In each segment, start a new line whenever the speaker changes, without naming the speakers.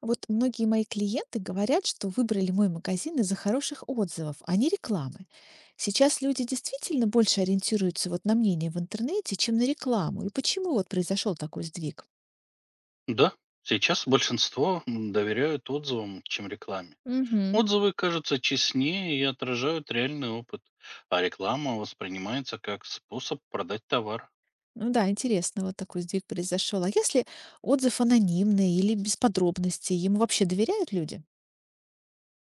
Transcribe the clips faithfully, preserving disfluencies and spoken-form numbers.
Вот многие мои клиенты говорят, что выбрали мой магазин из-за хороших отзывов, а не рекламы. Сейчас люди действительно больше ориентируются вот на мнение в интернете, чем на рекламу. И почему вот произошел такой сдвиг?
Да, сейчас большинство м, доверяют отзывам, чем рекламе.
Мгм.
Отзывы кажутся честнее и отражают реальный опыт, а реклама воспринимается как способ продать товар.
Ну да, интересно, вот такой сдвиг произошел. А если отзыв анонимный или без подробностей, ему вообще доверяют люди?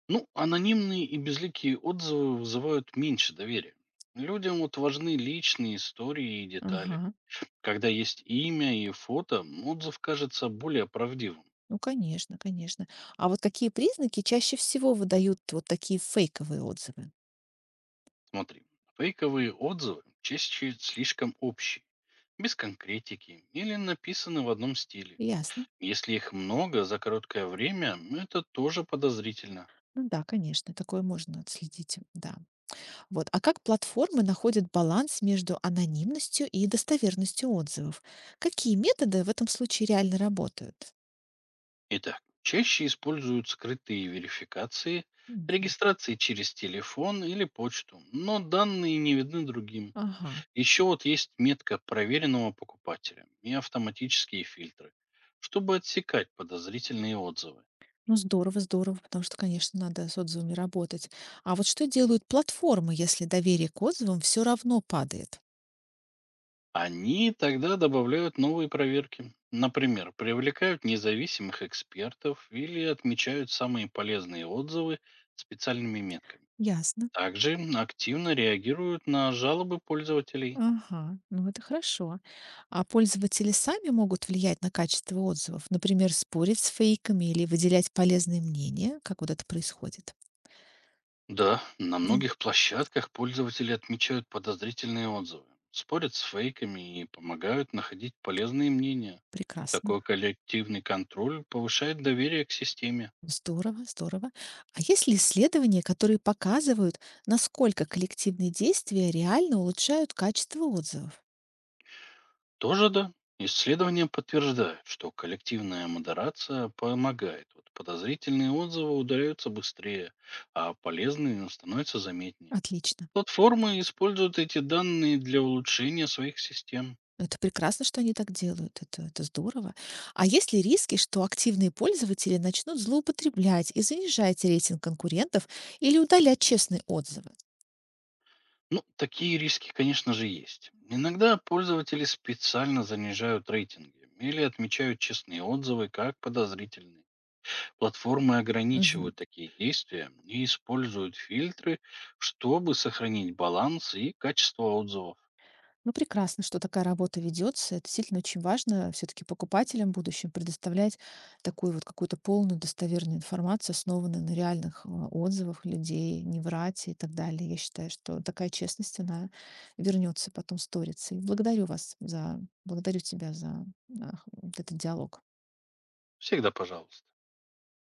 Ну, анонимные и безликие отзывы вызывают меньше доверия. Людям вот важны личные истории и детали.
Ага,
Когда есть имя и фото, м, отзыв кажется более правдивым.
ну конечно, конечно. А вот какие признаки чаще всего выдают вот такие фейковые отзывы?
Смотри, фейковые отзывы чаще слишком общие, без конкретики или написаны в одном стиле.
Ясно.
Если их много за короткое время, это тоже подозрительно.
Ну да, конечно, такое можно отследить, да. Вот. А как платформы находят баланс между анонимностью и достоверностью отзывов? Какие методы в этом случае реально работают?
Итак, чаще используют скрытые верификации,
Мгм.
регистрации через телефон или почту, но данные не видны другим.
Ага.
Еще вот есть метка проверенного покупателя и автоматические фильтры, чтобы отсекать подозрительные отзывы.
Ну, здорово, здорово, потому что, конечно, надо с отзывами работать. А вот что делают платформы, если доверие к отзывам все равно падает?
Они тогда добавляют новые проверки. Например, привлекают независимых экспертов или отмечают самые полезные отзывы специальными метками.
Ясно.
Также активно реагируют на жалобы пользователей.
Ага, ну это хорошо. А пользователи сами могут влиять на качество отзывов, например, спорить с фейками или выделять полезные мнения, как вот это происходит.
Да, на
М.
многих площадках пользователи отмечают подозрительные отзывы, спорят с фейками и помогают находить полезные мнения.
Прекрасно.
Такой коллективный контроль повышает доверие к системе.
Здорово, здорово. А есть ли исследования, которые показывают, насколько коллективные действия реально улучшают качество отзывов?
Тоже да. Исследования подтверждают, что коллективная модерация помогает. Вот подозрительные отзывы удаляются быстрее, а полезные становятся заметнее.
Отлично.
Платформы используют эти данные для улучшения своих систем.
Это прекрасно, что они так делают. Это, это здорово. А есть ли риски, что активные пользователи начнут злоупотреблять и занижать рейтинг конкурентов или удалять честные отзывы?
Ну, такие риски, конечно же, есть. Иногда пользователи специально занижают рейтинги или отмечают честные отзывы как подозрительные. Платформы
Мгм.
ограничивают такие действия и используют фильтры, чтобы сохранить баланс и качество отзывов.
Ну, прекрасно, что такая работа ведется. Это действительно очень важно все-таки покупателям в будущем предоставлять такую вот какую-то полную достоверную информацию, основанную на реальных э, отзывах людей, не врать и так далее. Я считаю, что такая честность, она вернется потом сторицей. Благодарю вас за, благодарю тебя за а, х- вот этот диалог.
Всегда пожалуйста.